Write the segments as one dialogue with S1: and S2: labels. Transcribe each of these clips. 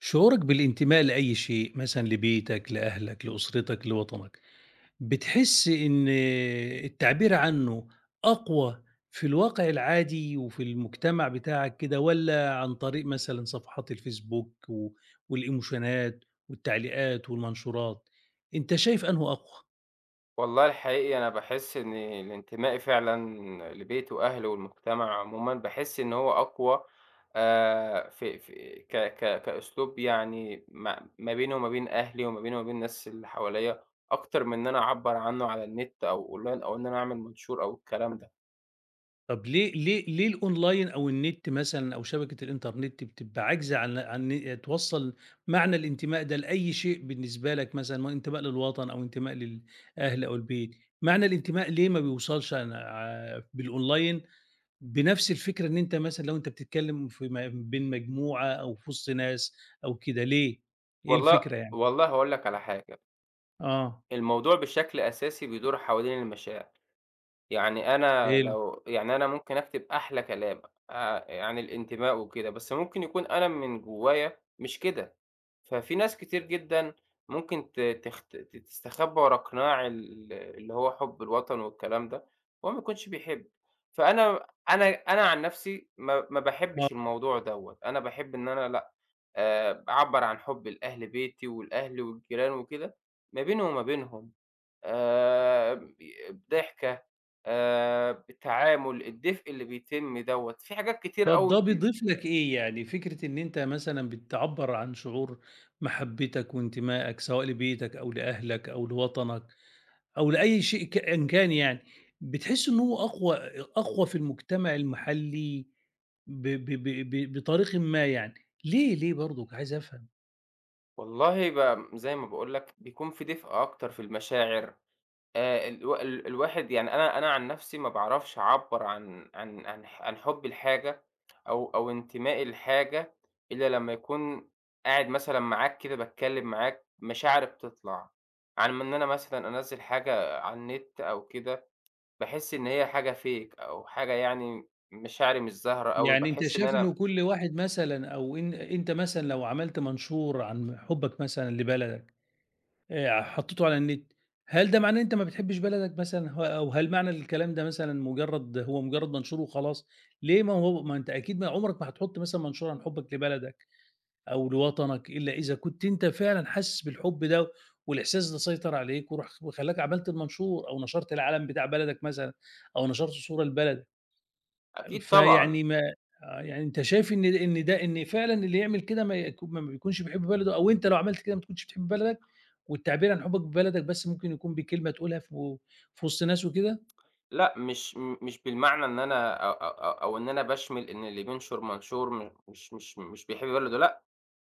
S1: شعورك بالانتماء لأي شيء مثلًا لبيتك، لأهلك، لأسرتك، لوطنك، بتحس إن التعبير عنه أقوى في الواقع العادي وفي المجتمع بتاعك كده والّا عن طريق مثلًا صفحات الفيسبوك و والإيموشنات والتعليقات والمنشورات، أنت شايف أنهُ أقوى؟
S2: والله الحقيقي أنا باحس إن الانتماء فعلًا لبيتي وأهلي والمجتمع عمومًا، باحس إن هو أقوى في ك ك كأسلوب يعني ما بيني وما بين أهلي وما بيني وما بين الناس اللي حواليّا، أكتر من إن أنا أعبّر عنه على النت أو online أو إن أنا أعمل منشور أو الكلام ده.
S1: طب ليه الأونلاين أو النت مثلًا أو شبكة الإنترنت بتبقى عاجزة عن إن توصّل معنى الانتماء ده لأي شيء بالنسبة لك مثلًا، ما هو انتماء للوطن أو انتماء للأهل أو البيت، معنى الانتماء ليه ما بيوصلش عن ع بالأونلاين بنفس الفكرة إن أنت مثلًا لو أنت بتتكلم في م بين مجموعة أو في وسط ناس أو كده ليه؟ إيه
S2: والله
S1: الفكرة يعني؟
S2: والله هاقول لك على حاجة.
S1: آه،
S2: الموضوع بشكل أساسي بيدور حوالين المشاعر. يعني أنا
S1: حلو،
S2: لو يعني أنا ممكن أكتب أحلى كلام عن الانتماء وكده، بس ممكن يكون أنا من جوايا مش كده. ففي ناس كتير جدًا ممكن ت تخت ت تستخبى ورا قناع اللي هو حُب الوطن والكلام ده، وهو ما يكونش بيحب. فأنا أنا أنا عن نفسي ما
S1: آه.
S2: باحبش الموضوع دوّة، أنا باحب إن أنا لأ، باعبّر عن حُبي لأهل بيتي ولأهلي والجيران وكده، ما بيني وما بينهم. ب ضحكة، التعامل، الدفء اللي بيتم دوّة، في حاجات كتير
S1: طب ده
S2: أوي.
S1: بيضيف لك إيه يعني، فكرة إن أنت مثلًا بتعبّر عن شعور محبتك وانتمائك سواء لبيتك أو لأهلك أو لوطنك أو لأي شيء كأن كان يعني، بتحس إن هو أقوى في المجتمع المحلي ب ب ب ب بطريقٍ ما يعني، ليه برضك عايز أفهم؟
S2: والله زي ما باقول لك بيكون في دفء أكتر في المشاعر. الواحد يعني أنا عن نفسي ما باعرفش أعبّر عن حُبّي لحاجة أو انتمائي لحاجة إلا لمّا يكون قاعد مثلًا معاك كده باتكلّم معاك، مشاعري بتطلع، عن ما إن أنا مثلًا أنزّل حاجة على النت أو كده باحس إن هي حاجة fake أو حاجة، يعني مشاعري مش ظاهرة أوي،
S1: يعني أنت
S2: باحس إن
S1: شايف
S2: أنا
S1: إنه كل واحد مثلًا أو إن أنت مثلًا لو عملت منشور عن حُبك مثلًا لبلدك حطّيته على النت، هل ده معناه إن أنت ما بتحبّش بلدك مثلًا أو هل معنى الكلام ده مثلًا مجرّد منشور وخلاص؟ ليه ما هو ما أنت أكيد ما عمرك ما هتحُط مثلًا منشور عن حُبّك لبلدك أو لوطنك إلا إذا كنت أنت فعلًا حاسس بالحُب ده والإحساس ده سيطر عليك وراح وخلّاك عملت المنشور أو نشرت العلم بتاع بلدك مثلًا أو نشرت صورة لبلدك.
S2: أكيد طبعًا.
S1: فيعني ما آه، يعني أنت شايف إن إن فعلًا اللي يعمل كده ما بيكونش بيحب بلده أو أنت لو عملت كده ما تكونش بتحب بلدك، والتعبير عن حُبك ببلدك بس ممكن يكون بكلمة تقولها في وسط ناس وكده؟
S2: لأ، مش م مش بالمعنى إن أنا أ أ أو أو إن أنا باشمل إن اللي بينشر منشور م مش مش مش بيحب بلده، لأ،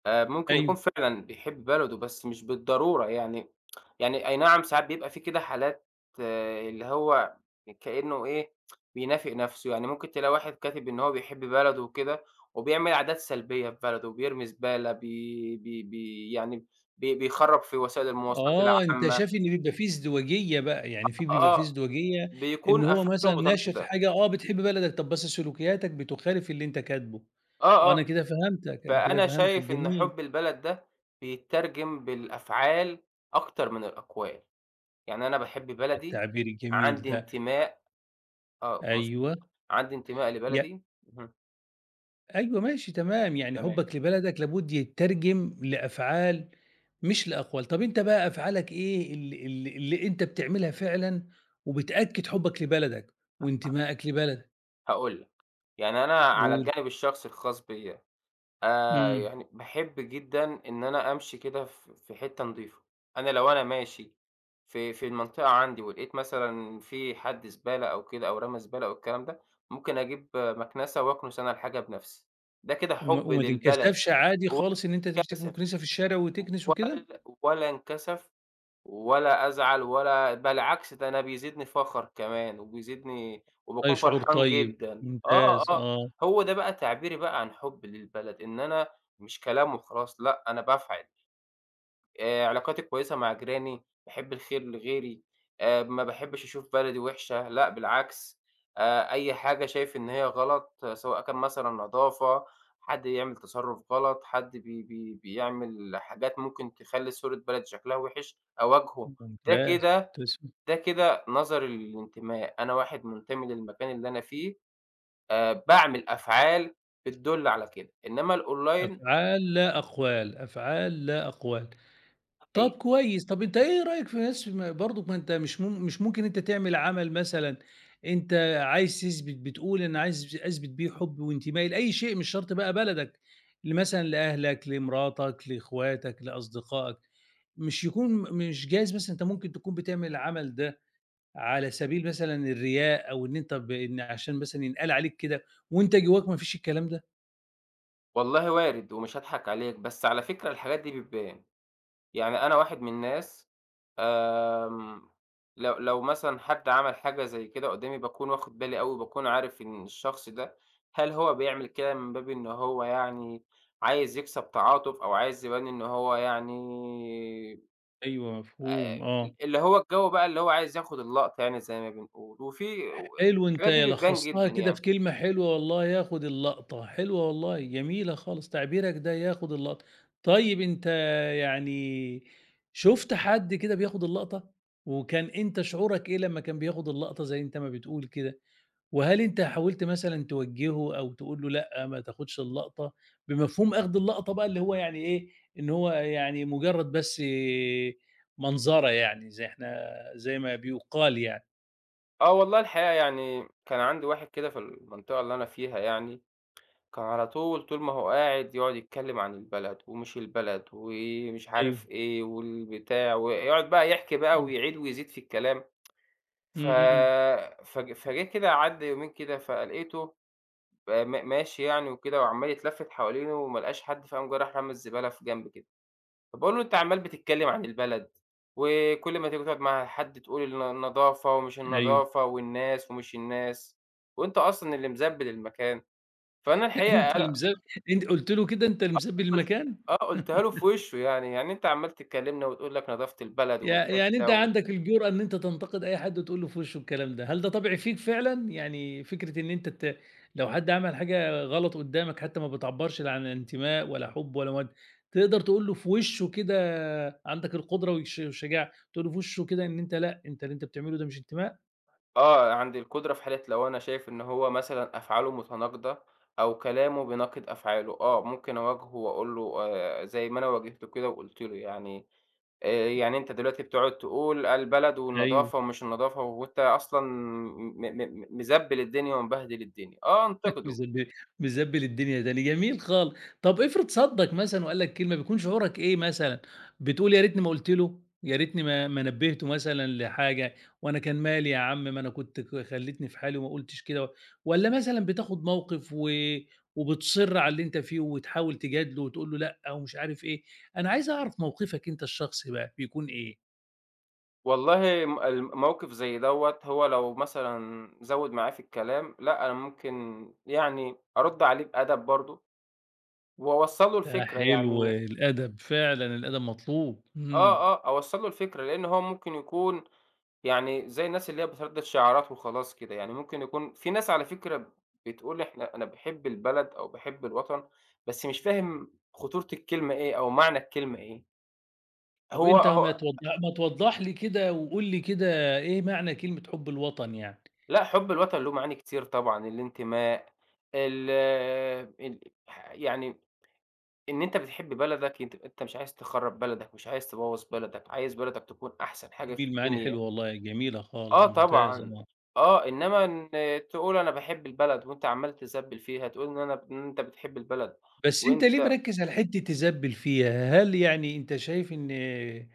S2: ممكن يكون
S1: أيوه.
S2: فعلًا بيحب بلده، بس مش بالضرورة يعني. يعني أي نعم، ساعات بيبقى في كده حالات، آه، اللي هو كإنه إيه، بينافق نَفْسه. يعني ممكن تلاقي واحد كاتب إن هو بيحب بلده وكده، وبيعمل عادات سلبية في بلده، بيرمي زبالة، بي بي بي يعني بي بيخرّب في وسائل المواصلات
S1: آه، أنت
S2: العامة،
S1: شايف إن بيبقى في ازدواجية بقى، يعني بيبقى في
S2: آه،
S1: ازدواجية إن
S2: بيكون
S1: هو
S2: أفعاله
S1: مثلًا ناشر
S2: متناقضة،
S1: حاجة آه، بتحب بلدك، طب بس سلوكياتك بتخالف اللي أنت كاتبه. آه،
S2: آه،
S1: أنا
S2: آه.
S1: كده فهمتك، أنا كده
S2: فأنا
S1: فهمتك،
S2: شايف إن
S1: جميل.
S2: حُب البلد ده بيتّرجم بالأفعال أكتر من الأقوال. يعني أنا باحب
S1: آه،
S2: بلدي،
S1: التعبير الجميل
S2: عندي
S1: ده،
S2: انتماء، آه،
S1: أيوه.
S2: مضبوط، عندي انتماء
S1: ي
S2: لبلدي، اهم،
S1: أيوه ماشي تمام، يعني
S2: تمام،
S1: حُبّك لبلدك لابد يتّرجم لأفعال مش لأقوال. طَب أنت بقى أفعالك إيه ال ال اللي أنت بتعملها فعلًا وبتأكّد حُبّك لبلدك وانتمائك لبلدك؟
S2: هاقول لك. يعني أنا على
S1: قُل.
S2: الجانب الشخصي الخاص بيّا،
S1: إمم.
S2: يعني باحب جدًا إن أنا أمشي كده في حتة نضيفة. أنا لو أنا ماشي في المنطقة عندي ولقيت مثلًا في حد زبالة أو كده، أو رمى زبالة أو الكلام ده، ممكن أجيب مكنسة وأكنس أنا الحاجة بنفسي، ده كده
S1: وما
S2: حُب
S1: وما
S2: للبلد.
S1: تنكسفش عادي
S2: ولا
S1: خالص إن أنت تمسك
S2: انكسف،
S1: مكنسة في الشارع وتكنس
S2: ولا
S1: وكده؟
S2: ولا انكسف، ولا أزعل، ولا بالعكس، ده أنا بيزيدني فخر كمان، وبيزيدني
S1: أي
S2: وباكون
S1: شعور
S2: فرحان
S1: طيب،
S2: جدًا. آه،
S1: ممتاز
S2: آه.
S1: آه،
S2: هو ده بقى تعبيري بقى عن حُبّي للبلد، إن أنا مش كلام وخلاص، لأ، أنا بافعل. علاقاتي كويسة مع جيراني، باحب الخير لغيري، ما باحبش أشوف بلدي وِحشة، لأ بالعكس، أي حاجة شايف إن هي غلط، آه، سواء كان مثلًا نضافة، حد يعمل تصرُّف غلط، حد بي بي بيعمل حاجات ممكن تخلّي صورة بلدي شكلها وِحِش، أواجهه. ده
S1: ممتاز.
S2: كده ده كده نظري للانتماء، أنا واحد منتمي للمكان اللي أنا فيه، باعمل أفعال بتدُل على كده، إنّما الأونلاين،
S1: أفعال لا أقوال، أفعال لا أقوال. طب
S2: أي،
S1: كويس، طب أنت إيه رأيك في ناس برضك ما أنت مش ممكن أنت تعمل عمل مثلًا أنت عايز تثبت بتقول أنا عايز أثبت بيه حُبّي وانتمائي لأي شيء مش شرط بقى بلدك، مثلًا لأهلك، لمراتك، لإخواتك، لأصدقائك، مش جايز مثلًا أنت ممكن تكون بتعمل العمل ده على سبيل مثلًا الرياء أو إن أنت ب إن عشان مثلًا ينقال عليك كده وأنت جواك ما فيش الكلام ده؟
S2: والله وارد ومش هاضحك عليك، بس على فكرة الحاجات دي بتبان. يعني أنا واحد من الناس آمم، لو مثلًا حد عمل حاجة زي كده قدّامي باكون واخد بالي أوي، وباكون عارف إن الشخص ده هل هو بيعمل كده من باب إن هو، يعني، عايز يكسب تعاطف أو عايز يبان إن هو، يعني،
S1: أيوه مفهوم، آه.
S2: اللي هو الجو بقى، اللي هو عايز ياخد اللقطة، يعني زي ما بنقول، وفي
S1: حلو أنت
S2: الحاجات دي بتبان
S1: لخّصتها
S2: جدًا
S1: كده
S2: يعني.
S1: في كلمة حلوة والله، ياخد اللقطة، حلوة والله، جميلة خالص تعبيرك ده ياخد اللقطة. طيب أنت يعني شُفت حد كده بياخد اللقطة؟ وكان أنت شعورك إيه لمّا كان بياخد اللقطة زي أنت ما بتقول كده؟ وهل أنت حاولت مثلًا توجّهه أو تقول له لأ ما تاخدش اللقطة، بمفهوم أخد اللقطة بقى اللي هو يعني إيه، إن هو يعني مجرّد بس منظرة يعني زي ما بيُقال يعني؟
S2: آه والله الحقيقة، يعني كان عندي واحد كده في المنطقة اللي أنا فيها، يعني كان على طول، طول ما هو قاعد يقعد يتكلّم عن البلد، ومش البلد، ومش
S1: أيوه.
S2: عارف إيه، والبتاع، ويقعد بقى يحكي بقى
S1: إمم.
S2: ويعيد ويزيد في الكلام. ف
S1: إمم، إمم.
S2: فج فجِه كده عدّى يومين كده، فلقيته م ماشي يعني وكده، وعمّال يتلفّت حوالينه وما لقاش حد، فقام جه رايح رامي الزبالة في جنب كده. فباقول له: "أنت عمّال بتتكلّم عن البلد، وكل ما تيجي تقعد مع حد تقول النضافة ومش
S1: أيوه.
S2: النضافة والناس ومش الناس، وأنت أصلًا اللي مزبّل المكان." فأنا الحقيقة
S1: أنت اللي
S2: أنا
S1: مسب أنت قُلت له كده أنت اللي مسبّي
S2: قُلت،
S1: المكان؟
S2: آه، قُلتها له في وشه، يعني يعني أنت عمّال تكلّمنا وتقول لك نضافة البلد
S1: يعني أنت
S2: والحتّة و
S1: عندك الجرأة إن أنت تنتقد أي حد وتقول له في وشه الكلام ده، هل ده طبع فيك فعلًا؟ يعني فكرة إن أنت ت لو حد عمل حاجة غلط قدّامك حتى ما بتعبّرش لا عن انتماء ولا حُب ولا مَوَدّة، تقدر تقول له في وشه كده، عندك القدرة والش والشجاعة تقول له في وشه كده إن أنت لأ، أنت اللي أنت بتعمله ده مش انتماء؟
S2: آه، عند القدرة في حالة لو أنا شايف إن هو مثلًا أفعاله متناقضة أو كلامه بيناقض أفعاله، آه، ممكن أواجهه وأقول له، زي ما أنا واجهته كده وقُلت له، يعني، يعني أنت دلوقتي بتقعد تقول البلد
S1: أيوه.
S2: والنضافة ومش النضافة وأنت أصلًا م م م مزبّل الدنيا ومبهدل الدنيا، آه، أنتقده.
S1: مزب مزبّل الدنيا تاني، جميل طب افرض صدّق مثلًا وقال لك كلمة، بيكون شعورك إيه مثلًا؟ بتقول يا ريتني ما قُلت له، يا ريتني ما نبّهته مثلًا لحاجة، وأنا كان مالي يا عم ما أنا كنت ك خلّيتني في حالي وما قُلتش كده، والّا مثلًا بتاخد موقف و وبتصِر على اللي أنت فيه وتحاول تجادله وتقول له لأ ومش عارف إيه، أنا عايز أعرف موقفك أنت الشخصي بقى بيكون إيه؟
S2: والله م الم موقف زي دوّة هو لو مثلًا زوِّد معايا في الكلام، لأ، أنا ممكن، يعني، أرُد عليه بأدب برضه وأوصّل له
S1: ده
S2: الفكرة،
S1: حلو
S2: يعني،
S1: الأدب، فعلًا الأدب مطلوب،
S2: آه،
S1: إمم.
S2: آه، أوصّل له الفكرة، لإن هو ممكن يكون يعني زي الناس اللي هي بتردّد شعارات وخلاص كده. يعني ممكن يكون في ناس على فكرة بتقول إحنا، أنا باحب البلد أو باحب الوطن، بس مش فاهم خطورة الكلمة إيه أو معنى الكلمة إيه،
S1: طب
S2: هو
S1: أنت ما
S2: هو
S1: توضّح ما توضّح لي كده وقُل لي كده إيه معنى كلمة حُب الوطن يعني؟
S2: لأ، حُب الوطن له معاني كتير طبعًا، الانتماء، ال ال ح يعني إن أنت بتحب بلدك، أنت مش عايز تخرّب بلدك، مش عايز تبوّظ بلدك، عايز بلدك تكون أحسن حاجة في
S1: جميل، معاني
S2: الدنيا.
S1: حلوة والله، جميلة خالص،
S2: آه
S1: ممتاز
S2: طبعًا،
S1: آه.
S2: آه، إنّما إن تقول أنا باحب البلد وأنت عمّال تزبّل فيها، تقول إن أنت بتحب البلد
S1: بس أنت ليه
S2: وأنت
S1: مركّز على حتّة الزَّبّل فيها؟ هل يعني أنت شايف إن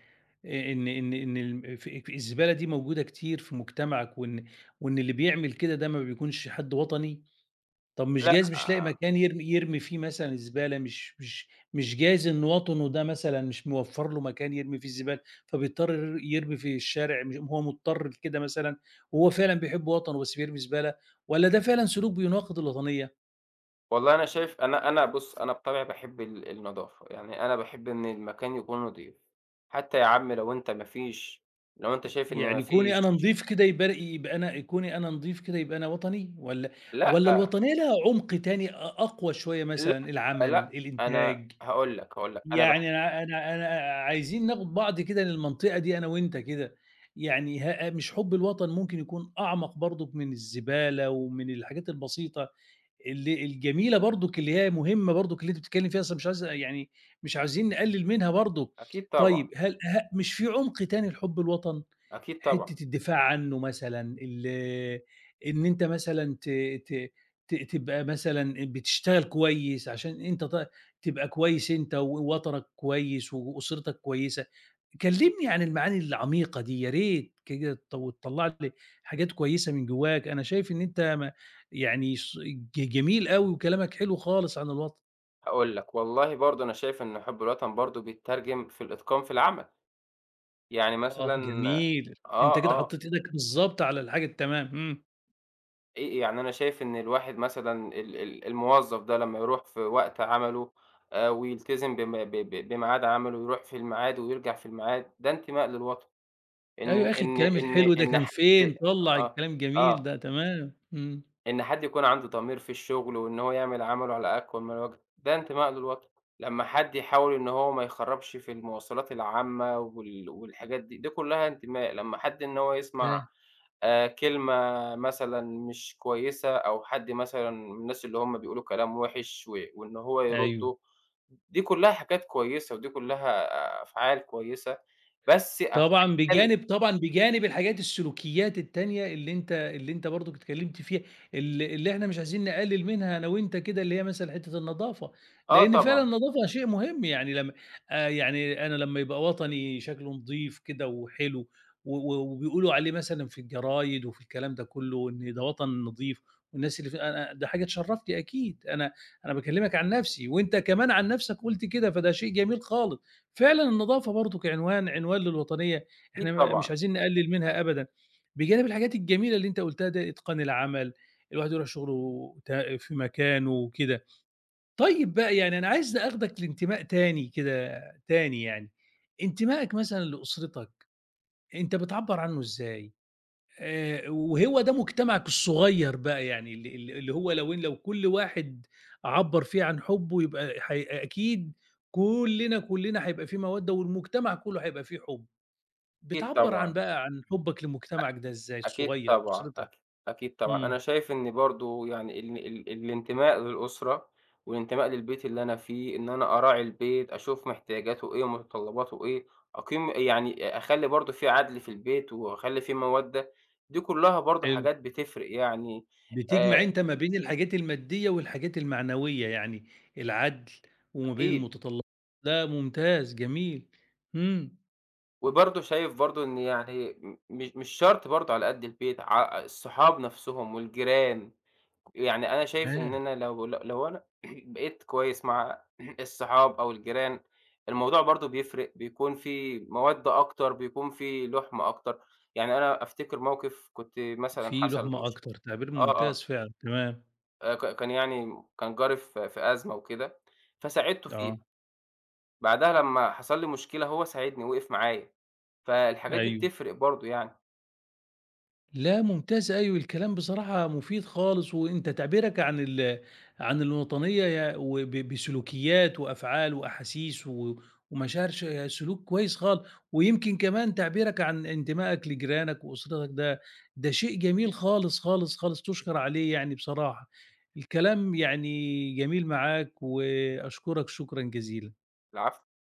S1: إن الم ف الزبالة دي موجودة كتير في مجتمعك وإن اللي بيعمل كده ده ما بيكونش حد وطني؟ طب مش
S2: لأ،
S1: جايز مش لاقي مكان يرمي فيه مثلًا الزبالة، مش جايز إن وطنه ده مثلًا مش موفّر له مكان يرمي فيه الزبالة، فبيضطر يرمي في الشارع، مش هو مضطر لكده مثلًا، وهو فعلًا بيحب وطنه بس بيرمي زبالة، والّا ده فعلًا سلوك بيناقض الوطنية؟
S2: والله أنا شايف، أنا أنا بُص، أنا بطبعي باحب النضافة، يعني أنا باحب إن المكان يكون نضيف، حتى يا عم لو أنت ما فيش، لو أنت شايف إن ما
S1: يعني
S2: فيش،
S1: كوني أنا نضيف كده يبقى أنا يبقى أنا كوني أنا نضيف كده يبقى أنا وطني، والّا
S2: لأ،
S1: الوطنية لها عُمق تاني أقوى شوية
S2: لأ،
S1: مثلًا العمل،
S2: لأ، أنا
S1: الإنتاج؟
S2: هاقول لك، هاقول لك، أنا
S1: يعني أنا عايزين ناخد بعض كده للمنطقة دي أنا وأنت كده، يعني مش حُب الوطن ممكن يكون أعمق برضُك من الزبالة ومن الحاجات البسيطة الجميلة برضُك اللي هي مهمة برضُك اللي أنت بتتكلّم فيها، أصل مش عايزين نقلِّل منها برضه.
S2: أكيد طبعًا،
S1: طيب هل مش في عُمق تاني لحُب الوطن؟
S2: أكيد طبعًا،
S1: حتّة الدفاع عنّه مثلًا، إن أنت مثلًا ت ت ت تبقى مثلًا بتشتغل كويس عشان أنت ت تبقى كويس أنت ووطنك كويس وأسرتك كويسة. كلّمني عن المعاني العميقة دي يا ريت كده تطلّع لي حاجات كويسة من جوّاك، أنا شايف إن أنت ما يعني ص ج جميل أوي وكلامك حلو خالص عن الوطن.
S2: هاقول لك. والله برضه أنا شايف إن حُب الوطن برضه بيتّرجم في الإتقان في العمل، يعني
S1: آه،
S2: مثلًا،
S1: جميل، أنت
S2: آه،
S1: كده
S2: آه،
S1: حطّيت إيدك بالضبط على الحاجة التمام، إمم.
S2: يعني أنا شايف إن الواحد مثلًا ال ال الموظف ده لمّا يروح في وقت عمله، ويلتزم بم ب ب بميعاد عمله ويروح في الميعاد ويرجع في الميعاد، ده انتماء للوطن، إن
S1: أيوه يا أخي
S2: إن
S1: الكلام
S2: إن
S1: الحلو ده
S2: إن
S1: كان
S2: حد،
S1: فين، طلّع
S2: آه،
S1: الكلام الجميل
S2: آه.
S1: ده، تمام، إمم،
S2: إن حد يكون عنده ضمير في الشغل، وإن هو يعمل عمله على أكمل من وجه، ده انتماء للوطن. لمّا حد يحاول إن هو ما يخرّبش في المواصلات العامة والحاجات دي، دي كلّها انتماء. لمّا حد إن هو
S1: ت
S2: يسمع كلمة مثلًا مش كويسة، أو حد مثلًا من الناس اللي هم بيقولوا كلام وِحِش، وإن هو
S1: أيوه.
S2: يرُدّه، دي كلّها حاجات كويسة، ودي كلّها، آه، أفعال كويسة، بس أفعال،
S1: طبعًا بجانب الحاجات السلوكيات التانية اللي أنت برضك اتكلمت فيها، اللي إحنا مش عايزين نقلل منها أنا وأنت كده، اللي هي مثلًا حتة النضافة،
S2: آه،
S1: لأن فعلًا
S2: طبعًا،
S1: النضافة شيء مهم يعني لمّا يعني أنا لمّا يبقى وطني شكله نضيف كده وحلو و و وبيقولوا عليه مثلًا في الجرايد وفي الكلام ده كله إن ده وطن نضيف والناس اللي في أنا، ده حاجة تشرفني أكيد، أنا باكلمك عن نفسي وأنت كمان عن نفسك قُلت كده، فده شيء جميل خالص. فعلًا النضافة برضه كعنوان للوطنية،
S2: أكيد
S1: إحنا مش
S2: طبعًا،
S1: عايزين نقلل منها أبدًا، بجانب الحاجات الجميلة اللي أنت قُلتها دي، إتقان العمل، الواحد يروح شغله في مكانه وكده. طيب بقى يعني أنا عايز آخدك لانتماء تاني كده، تاني يعني، انتمائك مثلًا لأسرتك، أنت بتعبّر عنه إزاي؟ وهو ده مجتمعك الصغير بقى يعني ال ال اللي هو لو كل واحد عبّر فيه عن حبه يبقى حي أكيد كلنا، كلنا هيبقى في مودة والمجتمع كله هيبقى فيه حب.
S2: أكيد
S1: بتعبّر عن
S2: طبعًا.
S1: بقى عن حبك لمجتمعك ده إزاي
S2: أكيد
S1: الصغير،
S2: طبعًا،
S1: أسرتك؟
S2: أكيد طبعًا. أنا
S1: إمم،
S2: شايف إن برضه، يعني، ال ال الانتماء للأسرة والانتماء للبيت اللي أنا فيه، إن أنا أراعي البيت، أشوف محتياجاته إيه ومتطلباته إيه، أقيم، يعني، أخلّي برضه في عدل في البيت وأخلّي في مودة، دي كلّها برضه
S1: حلو.
S2: حاجات بتفرق، يعني، آآ
S1: بتجمع أنت ما بين الحاجات المادية والحاجات المعنوية، يعني العدل وما بين
S2: أكيد.
S1: المتطلبات، ده ممتاز، جميل. إمم،
S2: وبرضه شايف برضه إن، يعني، م مش مش شرط برضه على قد البيت، ع الصحاب نَفْسهم والجيران، يعني أنا شايف إن
S1: تمام،
S2: أنا لو أنا بقيت كويس مع الصحاب أو الجيران، الموضوع برضه بيفرق، بيكون في مَوَدّة أكتر، بيكون في لُحْم أكتر. يعني أنا أفتكر موقف كنت مثلًا
S1: في
S2: حصل
S1: لُحمة
S2: مش
S1: أكتر، تعبير
S2: آه،
S1: ممتاز
S2: آه.
S1: فعلًا، تمام،
S2: ك كان يعني كان جاري في أزمة وكده، فساعدته
S1: آه.
S2: فيها. بعدها لمّا حصل لي مشكلة هو ساعدني، وقف معايا، فالحاجات دي
S1: أيوه.
S2: بتفرق برضه يعني.
S1: لا ممتاز أيوه، الكلام بصراحة مفيد خالص، وأنت تعبيرك عن الوطنية يا وب بسلوكيات وأفعال وأحاسيس و ومشاعر سلوك كويس خالص، ويمكن كمان تعبيرك عن انتمائك لجيرانك وأسرتك ده شيء جميل خالص، خالص، خالص تُشكر عليه يعني بصراحة. الكلام يعني جميل معاك وأشكرك شكرًا جزيلًا.
S2: العفو.